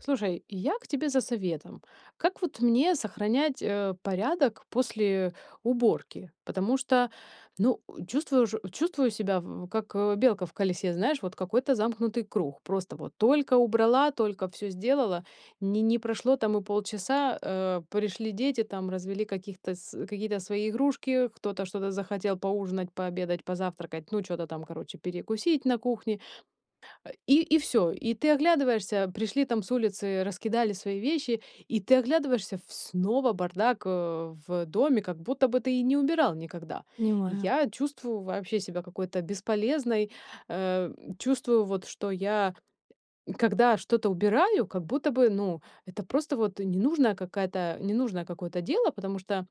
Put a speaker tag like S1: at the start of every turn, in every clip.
S1: Слушай, я к тебе за советом. Как вот мне сохранять порядок после уборки? Потому что, ну, чувствую, чувствую себя как белка в колесе, знаешь, вот какой-то замкнутый круг. Просто вот только убрала, только все сделала, не прошло там и полчаса, пришли дети, там развели каких-то, какие-то свои игрушки, кто-то что-то захотел поужинать, пообедать, позавтракать, ну, что-то там, короче, перекусить на кухне. И все. И ты оглядываешься, пришли там с улицы, раскидали свои вещи, и ты оглядываешься, снова бардак в доме, как будто бы ты и не убирал никогда. И
S2: Понимаю,
S1: я чувствую вообще себя какой-то бесполезной, э, чувствую вот, что я, когда что-то убираю, как будто бы, ну, это просто вот ненужная какая-то, ненужное какое-то дело, потому что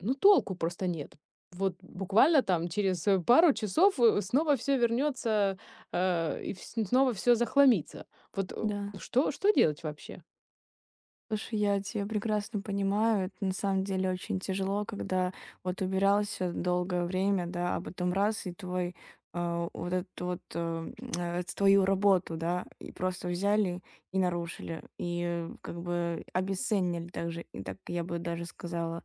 S1: ну, толку просто нет. Вот буквально там через, пару часов, снова все вернется, и вс снова все захламится. Вот,
S2: да.
S1: что делать вообще?
S2: Слушай, я тебя прекрасно понимаю. Это на самом деле очень тяжело, когда вот убирался долгое время, да, а потом раз и твой вот эту вот твою работу, да, и просто взяли и нарушили, и как бы обесценили также, и так я бы даже сказала.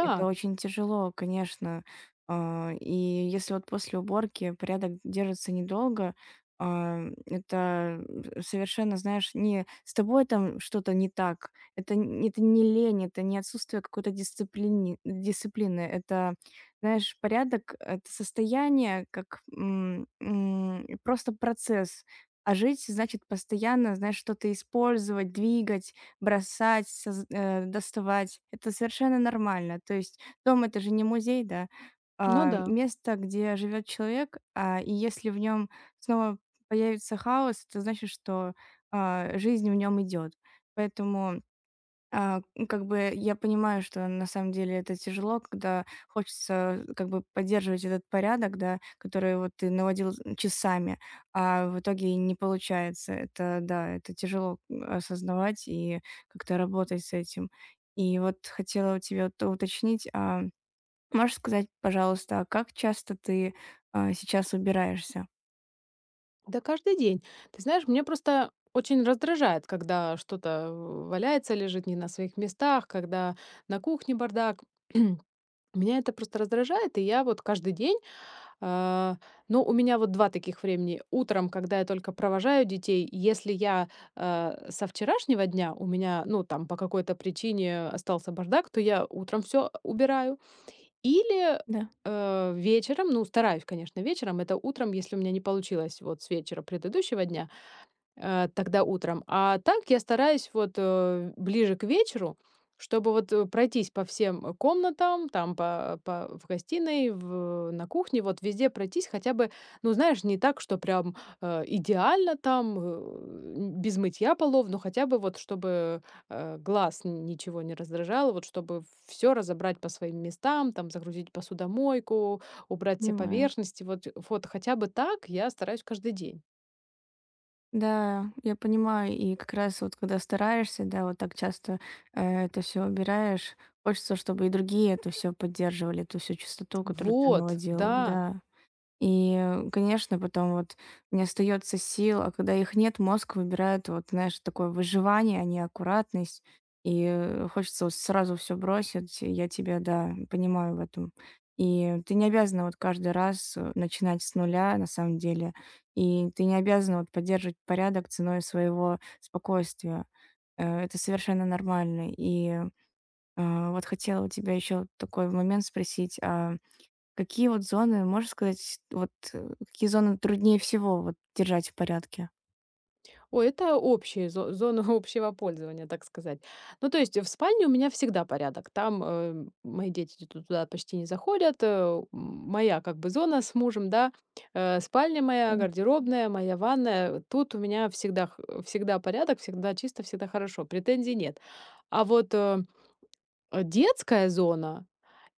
S2: Это очень тяжело, конечно. И если вот после уборки порядок держится недолго, это совершенно, знаешь, не с тобой там что-то не так. Это, это не лень, это не отсутствие какой-то дисциплины, дисциплины. Это, знаешь, порядок— это состояние, как просто процесс. А жить значит постоянно, знаешь, что-то использовать, двигать, бросать, доставать. Это совершенно нормально. То есть дом- это же не музей, да,
S1: ну
S2: а
S1: да,
S2: место, где живет человек, и если в нем снова появится хаос, это значит, что, жизнь в нем идет. Поэтому как бы я понимаю, что на самом деле это тяжело, когда хочется как бы поддерживать этот порядок, да, который вот ты наводил часами, а в итоге не получается. Это, да, это тяжело осознавать и как-то работать с этим. И вот хотела у тебя то уточнить, можешь сказать, пожалуйста, а как часто ты сейчас убираешься?
S1: да каждый день. Ты знаешь, меня просто очень раздражает, когда что-то валяется, лежит не на своих местах, когда на кухне бардак. Меня это просто раздражает, и я вот каждый день А, ну, у меня вот 2 таких времени. Утром, когда я только провожаю детей, если я, со вчерашнего дня у меня, ну, там по какой-то причине остался бардак, то я утром все убираю. Или,
S2: Да,
S1: вечером, ну, стараюсь, конечно, вечером. Это утром, если у меня не получилось вот с вечера предыдущего дня тогда утром. А так я стараюсь вот, ближе к вечеру, чтобы вот, пройтись по всем, комнатам, там по в гостиной, в на кухне, вот везде пройтись хотя бы, ну, знаешь, не так, что прям, идеально там, без мытья полов, но хотя бы вот чтобы, глаз ничего не раздражало, вот чтобы все разобрать по своим местам, там загрузить посудомойку, убрать все
S2: понимаю.
S1: поверхности. Вот хотя бы так я стараюсь каждый день.
S2: Да, я понимаю, и как раз вот когда стараешься, да, вот так часто это все убираешь, хочется, чтобы и другие это все поддерживали, эту всю чистоту, которую ты
S1: Вот,
S2: наводил,
S1: да.
S2: да. И, конечно, потом вот не остается сил, а когда их нет, мозг выбирает вот, знаешь, такое выживание, а не аккуратность. И хочется вот сразу все бросить. Я тебя, да, понимаю в этом. И ты не обязана вот каждый раз начинать с нуля, на самом деле. И ты не обязана вот поддерживать порядок ценой своего спокойствия. Это совершенно нормально. И вот хотела у тебя еще такой момент спросить. Какие вот зоны, можешь сказать, вот, какие зоны труднее всего вот держать в порядке?
S1: Ой, это общая зо зона общего пользования, так сказать. Ну, то есть в спальне у меня всегда порядок. Там, мои дети ту туда почти не заходят. Моя как бы зона с мужем, да. Спальня моя,
S2: М.
S1: гардеробная, моя ванная. Тут у меня всегда х всегда порядок, всегда чисто, всегда хорошо. Претензий нет. А вот, детская зона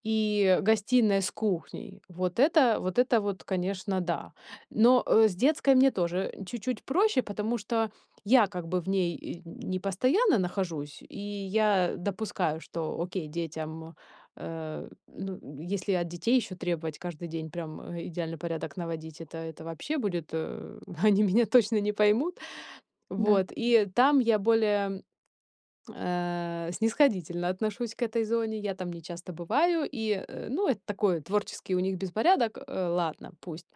S1: и гостиная с кухней. Вот это вот, конечно, да. Но, с детской мне тоже чуть-чуть проще, потому что я как бы в ней и не постоянно нахожусь, и я допускаю, что окей, детям, ну, если от детей еще требовать каждый день прям, идеальный порядок наводить, это вообще будет, они меня точно не поймут.
S2: Да,
S1: Вот, и там я более снисходительно отношусь к этой зоне. Я там не часто бываю. И, ну, это такой творческий у них беспорядок. Ладно, пусть.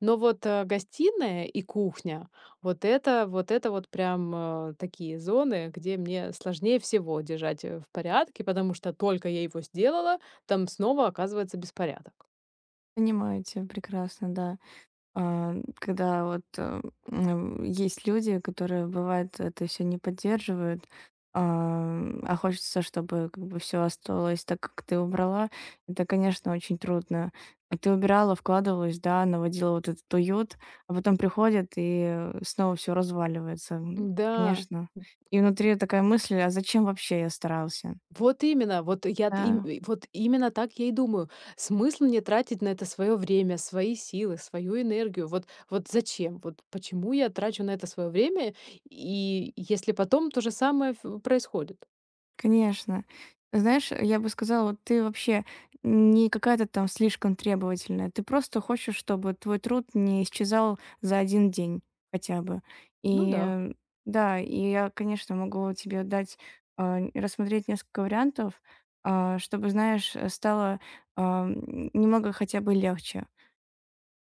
S1: Но вот гостиная и кухня, вот это вот прям такие зоны, где мне сложнее всего держать в порядке, потому что только я его сделала, там снова оказывается беспорядок.
S2: понимаю тебя прекрасно, да. Когда вот, есть люди, которые, бывает, это все не поддерживают, а, а хочется, чтобы как бы все осталось так, как ты убрала. Это, конечно, очень трудно. А ты убирала, вкладывалась, да, наводила вот этот уют, а потом приходят и, снова все разваливается. М,
S1: Да.
S2: конечно. И внутри такая мысль: "А зачем вообще я старался?"
S1: Вот именно, вот я т им
S2: Да.
S1: и вот именно так я и думаю. Смысл мне тратить на это свое время, свои силы, свою энергию? Вот зачем? Вот почему я трачу на это свое время, и если потом то же самое ф происходит?
S2: Конечно. Знаешь, я бы сказала, вот ты вообще не какая-то там слишком требовательная. Ты просто хочешь, чтобы твой труд не исчезал за один день хотя бы.
S1: Ну
S2: И
S1: да,
S2: э, да, и я, конечно, могу тебе дать, рассмотреть несколько вариантов, чтобы, знаешь, стало, немного хотя бы легче.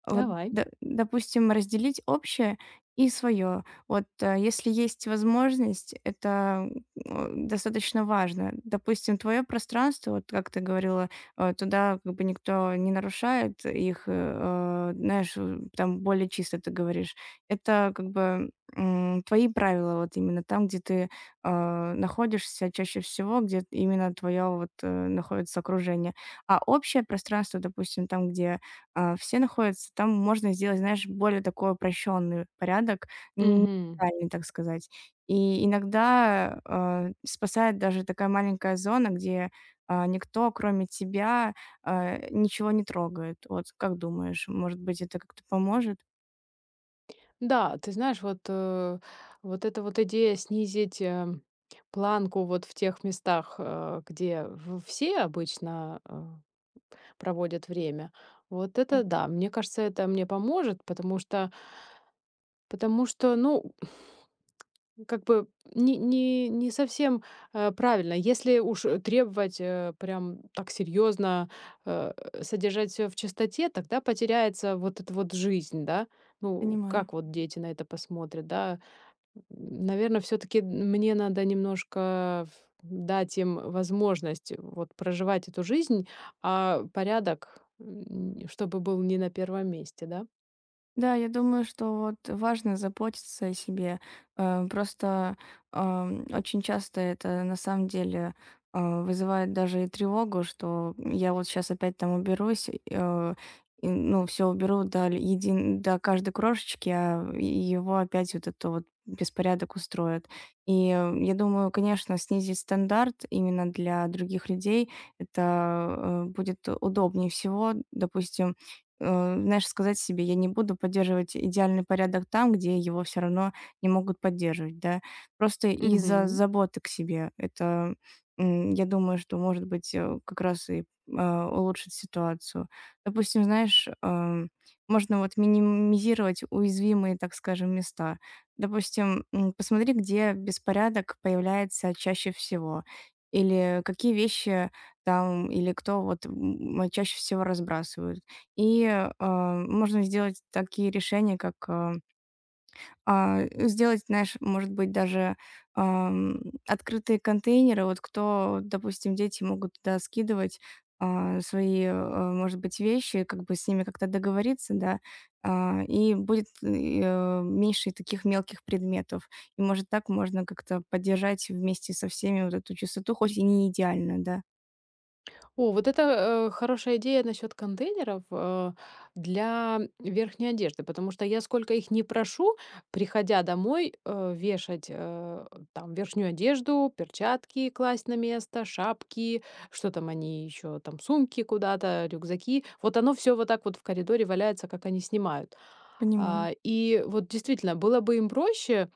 S2: Вот,
S1: давай.
S2: д допустим, разделить общее и свое. Вот, если есть возможность, это, достаточно важно. Допустим, твое пространство, вот как ты говорила, туда как бы никто не нарушает их, знаешь, там более чисто, ты говоришь. Это как бы, твои правила, вот именно там, где ты, находишься чаще всего, где именно твое вот, находится окружение. А общее пространство, допустим, там, где все находятся. Там можно сделать, знаешь, более такой упрощенный порядок, н
S1: Мгм.
S2: идеальный, так сказать. И иногда, спасает даже такая маленькая зона, где, никто, кроме тебя, ничего не трогает. Вот как думаешь, может быть, это как-то поможет?
S1: Да, ты знаешь, вот, вот эта вот идея снизить, планку вот в тех местах, где в все обычно, проводят время, вот
S2: Да,
S1: это да, мне кажется, это мне поможет, потому что потому что, ну, как бы не совсем, правильно. Если уж, требовать, прям так серьезно э, содержать все в чистоте, тогда потеряется вот эта вот жизнь, да. Ну,
S2: понимаю.
S1: как вот дети на это посмотрят, да? Наверное, все таки мне надо немножко ф дать им возможность вот проживать эту жизнь, а порядок, м, чтобы был не на первом месте, да?
S2: Да, я думаю, что вот важно заботиться о себе. Просто очень часто это на самом деле вызывает даже и тревогу, что я вот сейчас опять там уберусь, и, ну, все уберу до, до каждой крошечки, а и его опять вот это вот беспорядок устроят. И я думаю, конечно, снизить стандарт именно для других людей, это будет удобнее всего. Допустим, знаешь, сказать себе, я не буду поддерживать идеальный порядок там, где его все равно не могут поддерживать, да. Просто из-за
S1: Мгм.
S2: заботы к себе. Это, я думаю, что, может быть, как раз и улучшит ситуацию. Допустим, знаешь, можно вот минимизировать уязвимые, так скажем, места. Допустим, посмотри, где беспорядок появляется чаще всего. Или какие вещи там, или кто вот чаще всего разбрасывают и, можно сделать такие решения, как, а, сделать, знаешь, может быть, даже, ам, открытые контейнеры. Вот кто, допустим, дети могут туда скидывать, свои, может быть, вещи, как бы с ними как-то договориться, да, и будет, меньше таких мелких предметов. И, может, так можно как-то поддержать вместе со всеми вот эту чистоту, хоть и не идеально, да.
S1: О, вот это, хорошая идея насчет контейнеров, для верхней одежды, потому что я сколько их не прошу, приходя домой, вешать, там верхнюю одежду, перчатки класть на место, шапки, что там они еще там, сумки куда-то, рюкзаки. Вот оно все вот так вот в коридоре валяется, как они снимают.
S2: Понимаю.
S1: А, и вот действительно, было бы им проще,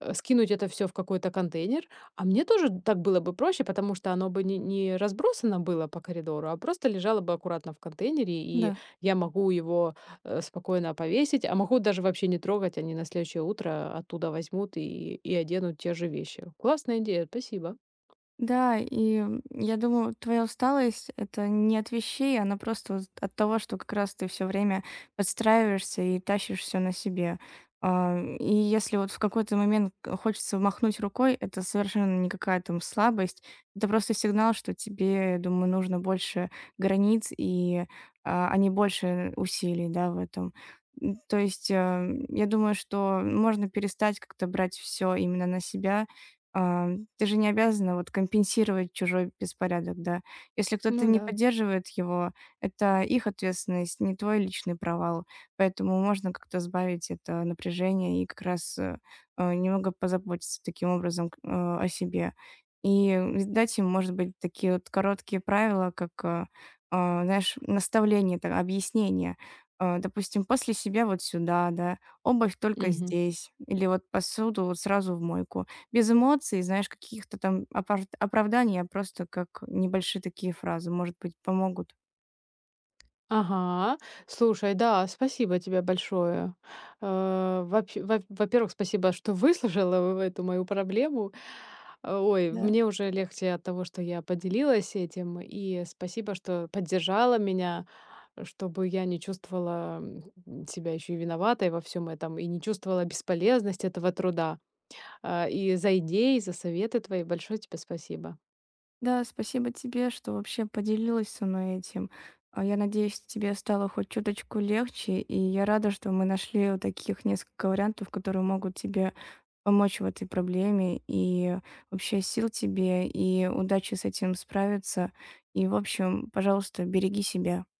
S1: скинуть это все в какой-то контейнер, а мне тоже так было бы проще, потому что оно бы не разбросано было по коридору, а просто лежало бы аккуратно в контейнере, и
S2: Да.
S1: я могу его, спокойно повесить, а могу даже вообще не трогать, они на следующее утро оттуда возьмут и оденут те же вещи. Классная идея, спасибо.
S2: Да, и я думаю, твоя усталость это не от вещей, она просто вот от того, что как раз ты все время подстраиваешься и тащишь все на себе. И если вот в какой-то момент хочется махнуть рукой, это совершенно не какая там слабость. Это просто сигнал, что тебе, я думаю, нужно больше границ и не больше усилий, да, в этом. То есть я думаю, что можно перестать как-то брать все именно на себя, А, ты же не обязана вот компенсировать чужой беспорядок, да. Если кто-то
S1: Ну
S2: не
S1: да.
S2: поддерживает его, это их ответственность, не твой личный провал. Поэтому можно как-то сбавить это напряжение и как раз немного позаботиться таким образом о себе. И дать им, может быть, такие вот короткие правила, как, знаешь, наставление, так, объяснение. Допустим, после себя вот сюда, да, обувь только
S1: Мгм.
S2: здесь, или вот посуду вот сразу в мойку. Без эмоций, знаешь, каких-то там опарт оправданий, а просто как небольшие такие фразы, может быть, помогут.
S1: Ага. Слушай, да, спасибо тебе большое. Вообще, во во-первых, спасибо, что выслушала в эту мою проблему. Ой,
S2: Да.
S1: мне уже легче от того, что я поделилась этим, и спасибо, что поддержала меня, чтобы я не чувствовала, м, себя еще и виноватой во всем этом, и не чувствовала бесполезность этого труда. А, и за идеи, за советы твои большое тебе спасибо.
S2: Да, спасибо тебе, что вообще поделилась со мной этим. Я надеюсь, тебе стало хоть чуточку легче, и я рада, что мы нашли вот таких несколько вариантов, которые могут тебе помочь в этой проблеме. И вообще сил тебе, и удачи с этим справиться. И, в общем, пожалуйста, береги себя.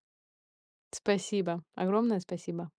S1: Спасибо. Огромное спасибо.